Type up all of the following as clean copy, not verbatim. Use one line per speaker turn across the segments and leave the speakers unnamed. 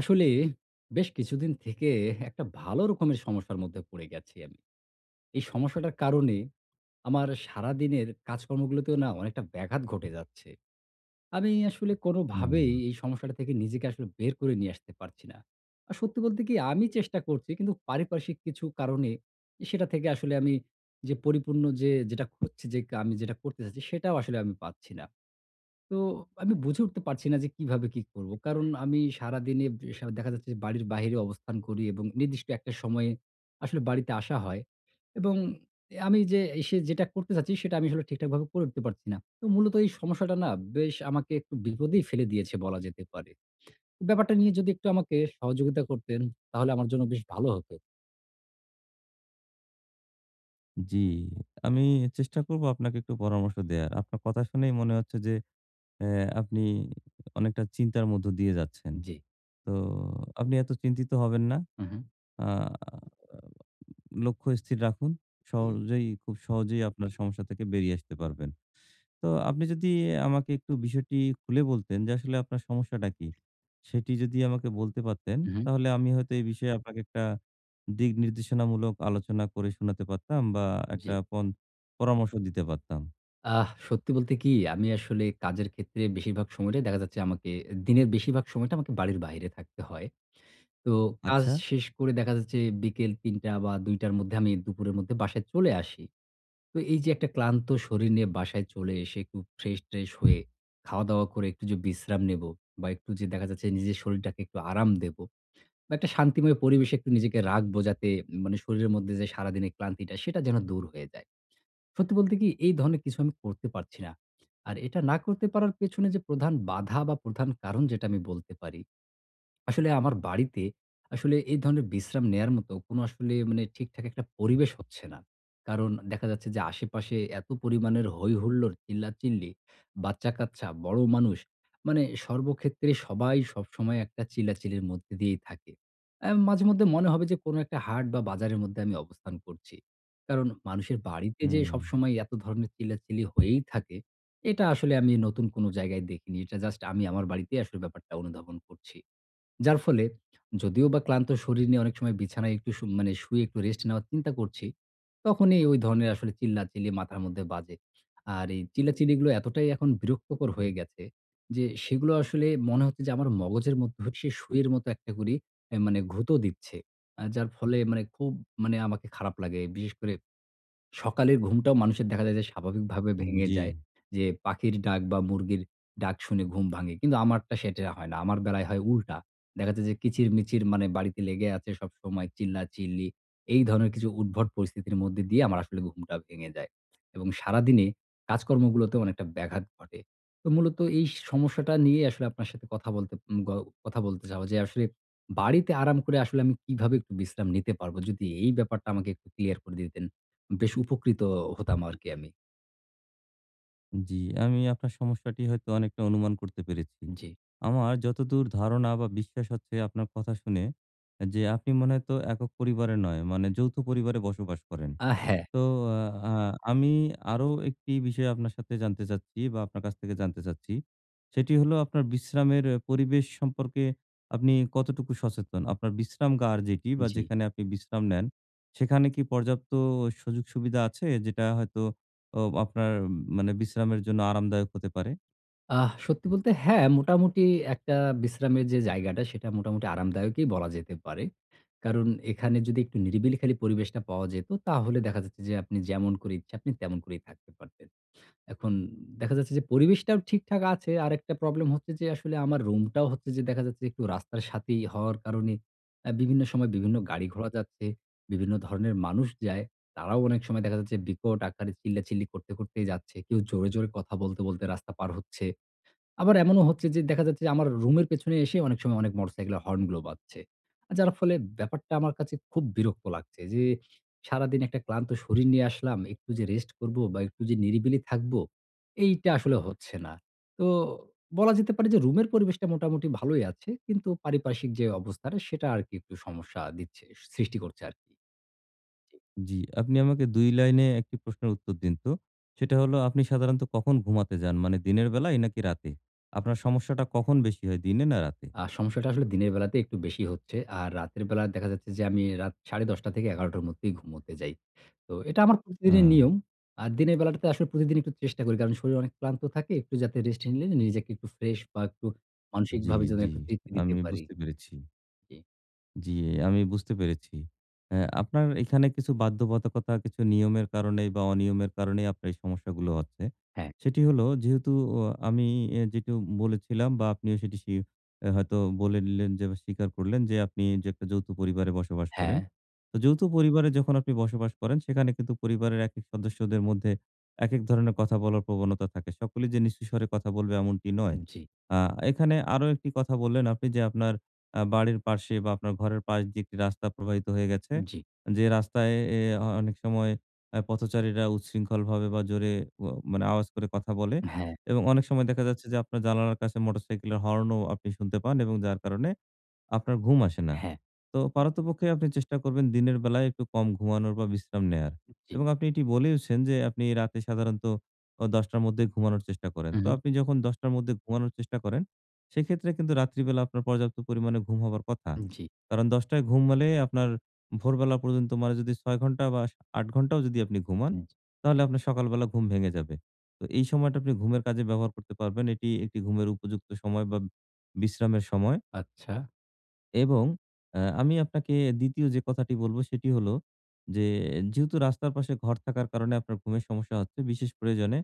আসলে বেশ কিছুদিন থেকে একটা ভালো রকমের সমস্যার মধ্যে পড়ে গেছি আমি। এই সমস্যাটার কারণে আমার সারাদিনের কাজকর্মগুলোতেও না অনেকটা ব্যাঘাত ঘটে যাচ্ছে। আমি আসলে
হুম,
কোনোভাবেই এই সমস্যাটা থেকে নিজেকে আসলে বের করে নিয়ে আসতে পারছি না। আর সত্যি বলতে কি আমি চেষ্টা করছি, কিন্তু পারিপার্শ্বিক কিছু কারণে সেটা থেকে আসলে আমি যে পরিপূর্ণ যেটা খুঁজছি, যে আমি যেটা করতে চাচ্ছি সেটাও আসলে আমি পাচ্ছি না। তো আমি বুঝে উঠতে পারছি না যে কিভাবে কি করব। কারণ আমি সারাদিনে দেখা যাচ্ছে যে বাড়ির বাহিরে অবস্থান করি এবং নির্দিষ্ট একটা সময়ে আসলে বাড়িতে আসা হয়, এবং আমি যে এসে যেটা করতে চাচ্ছি সেটা আমি আসলে ঠিকঠাকভাবে করে উঠতে পারছি না। তো মূলত এই সমস্যাটা না বেশ আমাকে একটু বিপদেই ফেলে দিয়েছে বলা যেতে পারে। ব্যাপারটা নিয়ে যদি একটু আমাকে সহযোগিতা করতেন, তাহলে আমার জন্য বেশ ভালো হতো।
জি। আমি চেষ্টা করব আপনাকে একটু পরামর্শ দেয়ার। আপনার কথা শুনেই মনে হচ্ছে যে অ্যা আপনি অনেকটা চিন্তার মধ্য দিয়ে যাচ্ছেন।
জি।
তো আপনি এত চিন্তিত হবেন না।
হু, হু।
আ লক্ষ্য স্থির রাখুন।
জি।
সহজেই খুব সহজেই আপনার সমস্যা থেকে বেরিয়ে আসতে পারবেন। তো আপনি যদি আমাকে একটু বিষয়টি খুলে বলতেন যে আসলে আপনার সমস্যাটা কি? সেটি যদি আমাকে বলতে পারতেন,
হু, হু।
তাহলে আমি হয়তো এই বিষয়ে আপনাকে একটা দিক নির্দেশনামূলক আলোচনা করে শোনাতে পারতাম বা
জি।
একটা পরামর্শ দিতে পারতাম।
আহ, সত্যি বলতে কি আমি আসলে কাজের ক্ষেত্রে বেশিরভাগ সময়টাই দেখা যাচ্ছে আমাকে দিনের বেশিরভাগ সময়টা আমাকে বাড়ির বাইরে থাকতে হয়। তো কাজ
আচ্ছা।
শেষ করে দেখা যাচ্ছে বিকেল ৩ঃ০০ বা ২ঃ০০ র মধ্যে আমি দুপুরের মধ্যে বাসায় চলে আসি। তো এই যে একটা ক্লান্ত শরীর নিয়ে বাসায় চলে এসে একটু ফ্রেশ-ট্রেশ হয়ে খাওয়া-দাওয়া করে একটু যে বিশ্রাম নেবো, বা একটু যে দেখা যাচ্ছে নিজের শরীরটাকে একটু আরাম দেবো, বা একটা শান্তিময় পরিবেশে একটু নিজেকে রাখবো যাতে মানে শরীরের মধ্যে যে সারাদিনের ক্লান্তিটা সেটা যেন দূর হয়ে যায়। সত্যি বলতে কি এই ধরনের কিছু আমি করতে পারছি না। আর এটা না করতে পারার পেছনে যে প্রধান বাধা বা প্রধান কারণ যেটা আমি বলতে পারি, আসলে আমার বাড়িতে আসলে এই ধরনের বিশ্রাম নেয়ার মতো কোনো আসলে মানে ঠিকঠাক একটা পরিবেশ হচ্ছে না। কারণ দেখা যাচ্ছে যে আশেপাশে এত পরিমাণের হই-হুল্লোড়, চিল্লাচিল্লি, বাচ্চা-কাচ্চা, বড় মানুষ, মানে সর্বক্ষেত্রে সবাই সবসময় একটা চিল্লাচিল্লির মধ্যে দিয়েই থাকে। মাঝেমধ্যে মনে হবে যে কোনো একটা হাট বা বাজারের মধ্যে আমি অবস্থান করছি। কারণ মানুষের বাড়িতে যে
হুম,
সবসময় এত ধরনের চিল্লাচিল্লি হয়েই থাকে, এটা আসলে আমি নতুন কোনো জায়গায় দেখিনি। এটা জাস্ট আমি আমার বাড়িতেই আসলে ব্যাপারটা অনুধাবন করছি। যার ফলে যদিও বা ক্লান্ত শরীর নিয়ে অনেক সময় বিছানায় একটু মানে শুয়ে একটু রেস্ট নেওয়ার চিন্তা করছি, তখনই ওই ধরনের আসলে চিল্লাচিল্লি মাথার মধ্যে বাজে। আর এই চিল্লাচিল্লিগুলো এতটাই এখন বিরক্তকর হয়ে গেছে যে, সেগুলো আসলে মনে হচ্ছে যে আমার মগজের মধ্যে হচ্ছে সুইয়ের মতো একটা করে মানে গুঁতো দিচ্ছে। যার ফলে মানে খুব মানে আমাকে খারাপ লাগে। বিশেষ করে সকালের ঘুমটাও মানুষের দেখা যায় যে স্বাভাবিকভাবে ভেঙে
জি,
যায়। যে পাখির ডাক বা মুরগির ডাক শুনে ঘুম ভাঙে। কিন্তু আমারটা সেটা হয় না। আমার বেলায় হয় উল্টা। দেখা যায় যে কিচিরমিচির মানে বাড়িতে লেগে আছে সবসময় চিল্লাচিল্লি। এই ধরনের কিছু উদ্ভট পরিস্থিতির মধ্যে দিয়ে আমার আসলে ঘুমটা ভেঙে যায়। এবং সারাদিনে কাজকর্মগুলোতেও অনেকটা ব্যাঘাত ঘটে। তো মূলত এই সমস্যাটা নিয়ে আসলে আপনার সাথে কথা বলতে উম গ কথা বলতে চাওয়া যে আসলে বাড়িতে আরাম করে আসলে আমি কিভাবে একটু বিশ্রাম নিতে পারবো? যদি এই ব্যাপারটা আমাকে একটু ক্লিয়ার করে দিতেন। বেশ উপকৃত হতাম আরকি আমি।
জি। আমি আপনার সমস্যাটি হয়তো অনেকটা অনুমান করতে পেরেছি।
জি।
আমার যতদূর ধারণা বা বিশ্বাস হচ্ছে আপনার কথা শুনে যে আপনি মনে হয় তো একক পরিবারে নয়, মানে যৌথ পরিবারে বসবাস করেন।
হ্যাঁ।
তো আ আমি আরো একটি বিষয় আপনার সাথে জানতে চাচ্ছি বা আপনার কাছ থেকে জানতে চাচ্ছি। সেটি হলো আপনার বিশ্রামের পরিবেশ সম্পর্কে আপনি কতটুকু সচেতন? আপনার বিশ্রামগার যেটি বা
জি।
যেখানে আপনি বিশ্রাম নেন, সেখানে কি পর্যাপ্ত সুযোগ সুবিধা আছে? যেটা হয়তো আপনার মানে বিশ্রামের জন্য আরামদায়ক হতে পারে?
আহ, সত্যি বলতে হ্যাঁ, মোটামুটি একটা বিশ্রামের যে জায়গাটা সেটা মোটামুটি আরামদায়কই বলা যেতে পারে। কারণ এখানে যদি একটু নিরিবিলি খালি পরিবেশটা পাওয়া যেত তাহলে দেখা যাচ্ছে যে আপনি যেমন করে ইচ্ছা আপনি তেমন করেই থাকতে পারতেন। এখন দেখা যাচ্ছে যে পরিবেশটাও ঠিকঠাক আছে। আরেকটা প্রবলেম হচ্ছে যে আসলে আমার রুমটাও হচ্ছে যে দেখা যাচ্ছে একটু রাস্তার সাথেই হওয়ার কারণে বিভিন্ন সময় বিভিন্ন গাড়ি ঘোড়া যাচ্ছে, বিভিন্ন ধরনের মানুষ যায়। তারাও অনেক সময় দেখা যাচ্ছে বিকট আকারে চিল্লাচিল্লি করতে, করতেই যাচ্ছে। কেউ জোরে, জোরে কথা বলতে, বলতে রাস্তা পার হচ্ছে। আবার এমনও হচ্ছে যে দেখা যাচ্ছে যে আমার রুমের পেছনে এসে অনেক সময় অনেক মোটরসাইকেলের হর্নগুলো বাজছে। যার ফলে ব্যাপারটা আমার কাছে খুব বিরক্ত লাগছে যে সারাদিন একটা ক্লান্ত শরীর নিয়ে আসলাম। একটু যে রেস্ট করব বা একটু যে নিরিবিলি থাকবো, এইটা আসলে হচ্ছে না। তো বলা যেতে পারে যে রুমের পরিবেশটা মোটামুটি ভালোই আছে। কিন্তু পারিপার্শ্বিক যে অবস্থাটা সেটা আরকি একটু সমস্যা দিচ্ছে, সৃষ্টি করছে আরকি।
জি, আপনি আমাকে ২ লাইনে একটি প্রশ্নের উত্তর দিন তো। সেটা হলো আপনি সাধারণত কখন ঘুমাতে যান? মানে দিনের বেলায় নাকি রাতে? আপনার সমস্যাটা কখন বেশি হয় দিনে না রাতে?
সমস্যাটা আসলে দিনের বেলাতে একটু বেশি হচ্ছে। আর রাতের বেলা দেখা যাচ্ছে যে আমি রাত ১০:৩০ থেকে ১১ টার মধ্যেই ঘুমোতে যাই। তো এটা আমার
আ
প্রতিদিনের নিয়ম। আর দিনের বেলাটাতে আসলে প্রতিদিন একটু চেষ্টা করি। কারণ শরীর অনেক ক্লান্ত থাকে। একটু যাতে রেস্ট নিলে নিজেকে একটু ফ্রেশ বা একটু
জি,
মানসিকভাবে যেন
জি।
একটু তৃপ্তি দিতে
আমি
পারি।
বুঝতে পেরেছি।
জি।
জি, আমি বুঝতে পেরেছি। আপনার এখানে কিছু বাধ্যবাধকতা, কিছু নিয়মের কারণেই বা অনিয়মের কারণেই আপনার এই সমস্যাগুলো হচ্ছে।
হ্যাঁ,
সেটি হলো যেহেতু অ আমি এ যেটু বলেছিলাম বা আপনিও সেটি হয়তো বলে নিলেন যে বা স্বীকার করলেন যে আপনি যে একটা যৌথ পরিবারে বসবাস করেন।
হ্যাঁ।
তো যৌথ পরিবারে যখন আপনি বসবাস করেন সেখানে কিন্তু পরিবারের একেক সদস্যদের মধ্যে একেক ধরনের কথা বলার প্রবণতা থাকে। সকলেই যে নিচু স্বরে কথা বলবে এমনটি নয়।
জি,
আ এখানে আরো একটি কথা বললেন আপনি যে আপনার বাড়ির পাশে বা আপনার ঘরের পাশ দিয়ে একটি রাস্তা প্রবাহিত হয়ে গেছে।
জি।
যে রাস্তায় এ অনেক সময় পথচারীরা উচ্ছৃঙ্খলভাবে বা জোরে ও মানে আওয়াজ করে কথা বলে
হ্যাঁ,
এবং অনেক সময় দেখা যাচ্ছে যে আপনার জানালার কাছে মোটরসাইকেলের হর্নও আপনি শুনতে পান এবং যার কারণে আপনার ঘুম আসে না।
হ্যাঁ।
তো পারতপক্ষে আপনি চেষ্টা করবেন দিনের বেলায় একটু কম ঘুমানোর বা বিশ্রাম নেয়ার।
জি।
এবং আপনি এটি বলেওছেন যে আপনি রাতে সাধারণত ১০ টার মধ্যে ঘুমানোর চেষ্টা করেন।
হু,
তো
হু।
আপনি যখন ১০ টার মধ্যে ঘুমানোর চেষ্টা করেন, সেক্ষেত্রে কিন্তু রাত্রিবেলা আপনার পর্যাপ্ত পরিমাণে ঘুম হবার কথা।
জি,
কারণ ১০ টায় ঘুমালে আপনার ভোরবেলা পর্যন্ত মানে যদি ৬ ঘন্টা বা ৮ ঘন্টাও যদি আপনি ঘুমান,
জি।
তাহলে আপনার সকালবেলা ঘুম ভেঙে যাবে। তো এই সময়টা আপনি ঘুমের কাজে ব্যবহার করতে পারবেন। এটি একটি ঘুমের উপযুক্ত সময় বা বিশ্রামের সময়।
আচ্ছা,
এবং আমি আপনাকে ২য় যে কথাটি বলব সেটি হলো যে, যেহেতু রাস্তার পাশে ঘর থাকার কারণে আপনার ঘুমের সমস্যা হচ্ছে, বিশেষ প্রয়োজনে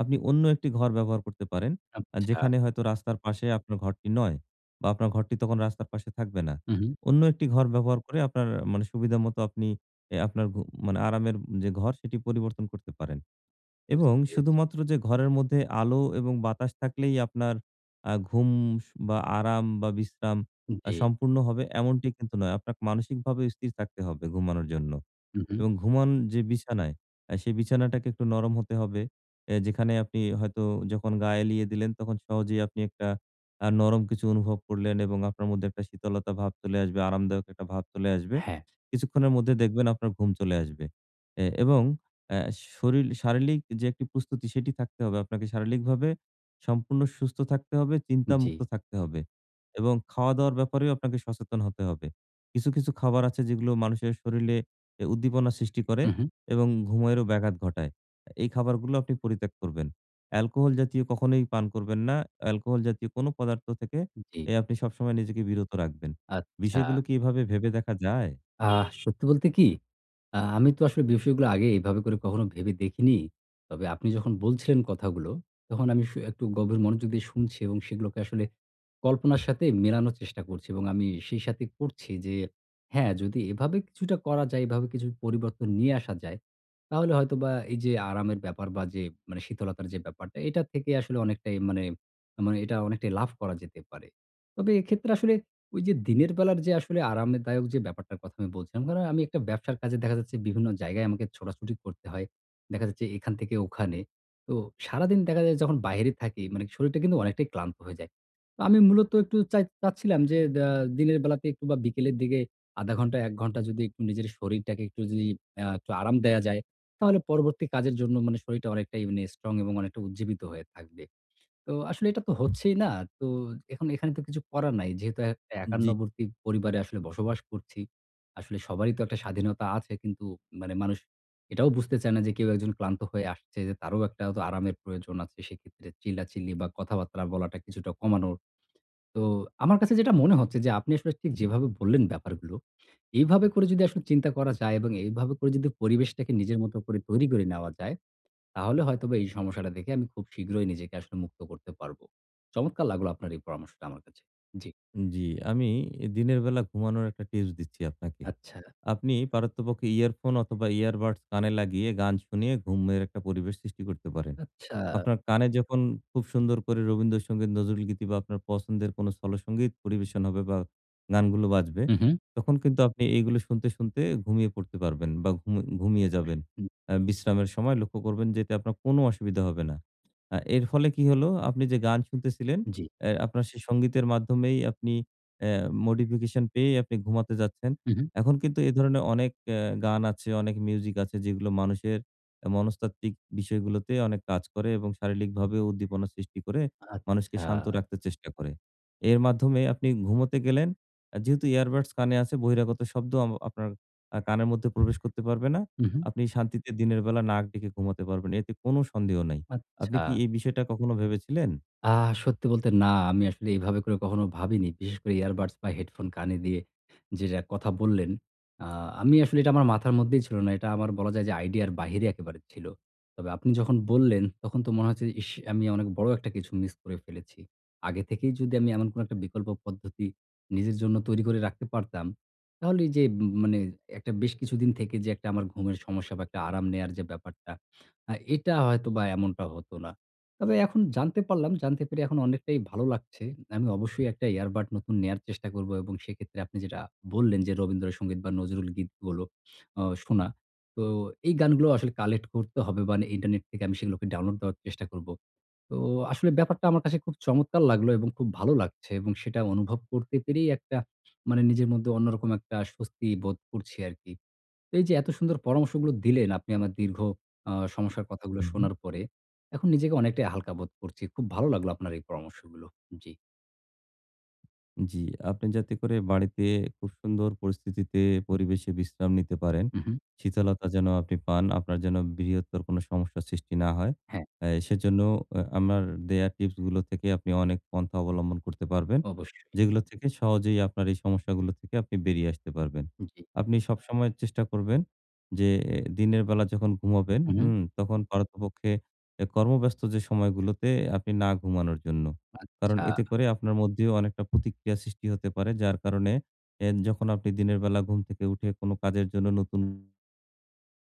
আপনি অন্য একটি ঘর ব্যবহার করতে পারেন।
আচ্ছা।
যেখানে হয়তো রাস্তার পাশে আপনার ঘরটি নয় বা আপনার ঘরটি তখন রাস্তার পাশে থাকবে না।
হু, হু।
অন্য একটি ঘর ব্যবহার করে আপনার মানে সুবিধামতো আপনি আপনার মানে আরামের যে ঘর সেটি পরিবর্তন করতে পারেন। এবং
বুঝতে পেরেছি।
শুধুমাত্র যে ঘরের মধ্যে আলো এবং বাতাস থাকলেই আপনার ঘুম বা আরাম বা বিশ্রাম
জি।
সম্পূর্ণ হবে এমনটি কিন্তু নয়। আপনাকে মানসিকভাবে স্থির থাকতে হবে ঘুমানোর জন্য।
হু, হু।
এবং ঘুমান যে বিছানায়, সেই বিছানাটাকে একটু নরম হতে হবে। যেখানে আপনি হয়তো যখন গা এলিয়ে দিলেন, তখন সহজেই আপনি একটা নরম কিছু অনুভব করলেন এবং আপনার মধ্যে একটা শীতলতা ভাব চলে আসবে, আরামদায়ক একটা ভাব চলে আসবে।
হ্যাঁ।
কিছুক্ষণের মধ্যে দেখবেন আপনার ঘুম চলে আসবে। এবং অ্যা শরীর শারীরিক যে একটি প্রস্তুতি সেটি থাকতে হবে। আপনাকে শারীরিকভাবে সম্পূর্ণ সুস্থ থাকতে হবে,
জি।
চিন্তামুক্ত থাকতে হবে এবং খাওয়া-দাওয়ার ব্যাপারেও আপনাকে সচেতন হতে হবে। কিছু, কিছু খাবার আছে যেগুলো মানুষের শরীরে উদ্দীপনা সৃষ্টি করে
হু, হু।
এবং ঘুমেরও ব্যাঘাত ঘটায়। এই খাবারগুলো আপনি পরিত্যাগ করবেন। অ্যালকোহল জাতীয় কখনোই পান করবেন না। অ্যালকোহল জাতীয় কোনো পদার্থ থেকে
জি।
আপনি সবসময় নিজেকে বিরত রাখবেন।
আচ্ছা।
বিষয়গুলো কি এভাবে ভেবে দেখা যায়?
আহ, সত্যি বলতে কি, আমি তো আসলে বিষয়গুলো আগে এভাবে করে কখনো ভেবে দেখিনি। তবে আপনি যখন বলছিলেন কথাগুলো, তখন আমি একটু গভীর মনোযোগ দিয়ে শুনছি এবং সেগুলোকে আসলে কল্পনার সাথে মেলানোর চেষ্টা করছি এবং আমি সেই সাথে করছি যে, হ্যাঁ, যদি এভাবে কিছুটা করা যায়, এভাবে কিছু পরিবর্তন নিয়ে আসা যায়, তাহলে হয়তোবা এই যে আরামের ব্যাপার বা যে মানে শীতলতার যে ব্যাপারটা, এটা থেকে আসলে অনেকটাই মানে, মানে এটা অনেকটাই লাভ করা যেতে পারে। তবে এক্ষেত্রে আসলে ওই যে দিনের বেলার যে আসলে আরামদায়ক যে ব্যাপারটার কথা আমি বলছিলাম, কারণ আমি একটা ব্যবসার কাজে দেখা যাচ্ছে বিভিন্ন জায়গায় আমাকে ছোটাছুটি করতে হয়। দেখা যাচ্ছে এখান থেকে ওখানে। তো সারাদিন দেখা যায় যখন বাইরে থাকি, মানে শরীরটা কিন্তু অনেকটাই ক্লান্ত হয়ে যায়। আমি মূলত একটু চাচ্ছিলাম যে দিনের বেলাতে একটু বা বিকেলের দিকে ০.৫ ঘন্টা ১ ঘন্টা যদি একটু নিজের শরীরটাকে একটু যদি একটু আরাম দেয়া যায়, তাহলে পরবর্তী কাজের জন্য মানে শরীরটা অনেকটাই মানে স্ট্রং এবং অনেকটা উজ্জীবিত হয়ে থাকবে। তো আসলে এটা তো হচ্ছেই না। তো এখন এখানে তো কিছু করার নাই। যেহেতু একটা
জি,
একান্নবর্তী পরিবারে আসলে বসবাস করছি। আসলে সবারই তো একটা স্বাধীনতা আছে, কিন্তু মানে মানুষ এটাও বুঝতে চায় না যে কেউ একজন ক্লান্ত হয়ে আসছে, যে তারও একটা তো আরামের প্রয়োজন আছে। সেক্ষেত্রে চিল্লাচিল্লি বা কথাবার্তা বলাটা কিছুটা কমানো। তো আমার কাছে যেটা মনে হচ্ছে যে আপনি আসলে ঠিক যেভাবে বললেন ব্যাপারগুলো, এইভাবে করে যদি আসলে চিন্তা করা যায় এবং এইভাবে করে যদি পরিবেশটাকে নিজের মতো করে তৈরি করে নেওয়া যায়, তাহলে হয়তোবা এই সমস্যাটা থেকে আমি খুব শীঘ্রই নিজেকে আসলে মুক্ত করতে পারব। চমৎকার লাগলো আপনার এই পরামর্শটা আমার কাছে। জি।
জি। আমি দিনের বেলা ঘুমানোর একটা টিপস দিচ্ছি আপনাকে।
আচ্ছা,
আপনি পারত্যপক্ষে ইয়ারফোন অথবা ইয়ারবাডস কানে লাগিয়ে গান শুনিয়ে ঘুমের একটা পরিবেশ সৃষ্টি করতে পারেন।
আচ্ছা।
আপনার কানে যখন খুব সুন্দর করে রবীন্দ্রসঙ্গীত, নজরুলগীতি বা আপনার পছন্দের কোনো সলোসঙ্গীত পরিবেশন হবে বা গানগুলো বাজবে,
হু, হু।
তখন কিন্তু আপনি এইগুলো শুনতে, শুনতে ঘুমিয়ে পড়তে পারবেন বা ঘুমিয়ে যাবেন।
হুম।
বিশ্রামের সময় লক্ষ্য করবেন যে এতে আপনার কোনো অসুবিধা হবে না। এর ফলে কি হলো? আপনি যে গান শুনতেছিলেন,
জি।
আপনার সেই সঙ্গীতের মাধ্যমেই আপনি অ্যা মোটিফিকেশন পেয়ে আপনি ঘুমাতে যাচ্ছেন।
হু, হু।
এখন কিন্তু এ ধরনের অনেক গান আছে, অনেক মিউজিক আছে যেগুলো মানুষের মনস্তাত্ত্বিক বিষয়গুলোতে অনেক কাজ করে এবং শারীরিকভাবে উদ্দীপনা সৃষ্টি করে মানুষকে
আচ্ছা।
শান্ত রাখতে চেষ্টা করে। এর মাধ্যমে আপনি ঘুমোতে গেলেন। যেহেতু ইয়ারবাডস কানে আছে বহিরাগত শব্দ আপনার কানের মধ্যে প্রবেশ করতে পারবে না।
হু, হু।
আপনি শান্তিতে দিনের বেলা নাক ডেকে ঘুমাতে পারবেন। এতে কোনো সন্দেহ নাই। আপনি
আচ্ছা।
কি এই বিষয়টা কখনো ভেবেছিলেন?
আ সত্যি বলতে না, আমি আসলে এভাবে করে কখনো ভাবিনি। বিশেষ করে earbuds বা হেডফোন কানে দিয়ে যেটা কথা বললেন, আ আমি আসলে এটা আমার মাথার মধ্যেই ছিল না। এটা আমার বলা যায় যে আইডিয়ার বাহিরে একেবারে ছিল। তবে আপনি যখন বললেন, তখন তো মনে হচ্ছে যে, ইস! আমি অনেক বড় একটা কিছু মিস করে ফেলেছি। আগে থেকেই যদি আমি এমন কোনো একটা বিকল্প পদ্ধতি নিজের জন্য তৈরি করে রাখতে পারতাম, তাহলে এই যে মানে একটা বেশ কিছুদিন থেকে যে একটা আমার ঘুমের সমস্যা বা একটা আরাম নেয়ার যে ব্যাপারটা, এটা হয়তোবা এমনটা হতো না। তবে এখন জানতে পারলাম, জানতে পেরে এখন অনেকটাই ভালো লাগছে। আমি অবশ্যই একটা এয়ারবাড নতুন নেয়ার চেষ্টা করব এবং সেক্ষেত্রে আপনি যেটা বললেন যে রবীন্দ্রসঙ্গীত বা নজরুল গীতগুলো শোনা। তো এই গানগুলো আসলে কালেক্ট করতে হবে বা ইন্টারনেট থেকে আমি সেগুলোকে ডাউনলোড দেওয়ার চেষ্টা করব। তো আসলে ব্যাপারটা আমার কাছে খুব চমৎকার লাগলো এবং খুব ভালো লাগছে এবং সেটা অনুভব করতে পেরেই একটা মানে নিজের মধ্যে অন্যরকম একটা স্বস্তি বোধ করছি আরকি। তো এই যে এত সুন্দর পরামর্শগুলো দিলেন আপনি আমার দীর্ঘ সমস্যার কথাগুলো শোনার পরে, এখন নিজেকে অনেকটাই হালকা বোধ করছি। খুব ভালো লাগলো আপনার এই পরামর্শগুলো। জি।
জি, আপনি যাতে করে বাড়িতে খুব সুন্দর পরিস্থিতিতে পরিবেশে বিশ্রাম নিতে পারেন।
হু, হু।
শীতলতা যেন আপনি পান, আপনার যেন বৃহত্তর কোনো সমস্যার সৃষ্টি না হয়।
হ্যাঁ,
সেজন্য আমার দেয়া টিপসগুলো থেকে আপনি অনেক পন্থা অবলম্বন করতে পারবেন।
অবশ্যই।
যেগুলো থেকে সহজেই আপনার এই সমস্যাগুলো থেকে আপনি বেরিয়ে আসতে পারবেন।
জি।
আপনি সবসময় চেষ্টা করবেন যে দিনের বেলা যখন ঘুমাবেন,
হু, হু।
হুম? তখন পারতপক্ষে কর্মব্যস্ত যে সময়গুলোতে আপনি না ঘুমানোর জন্য। কারণ
আচ্ছা।
এতে করে আপনার মধ্যেও অনেকটা প্রতিক্রিয়া সৃষ্টি হতে পারে। যার কারণে যখন আপনি দিনের বেলা ঘুম থেকে উঠে কোনো কাজের জন্য নতুন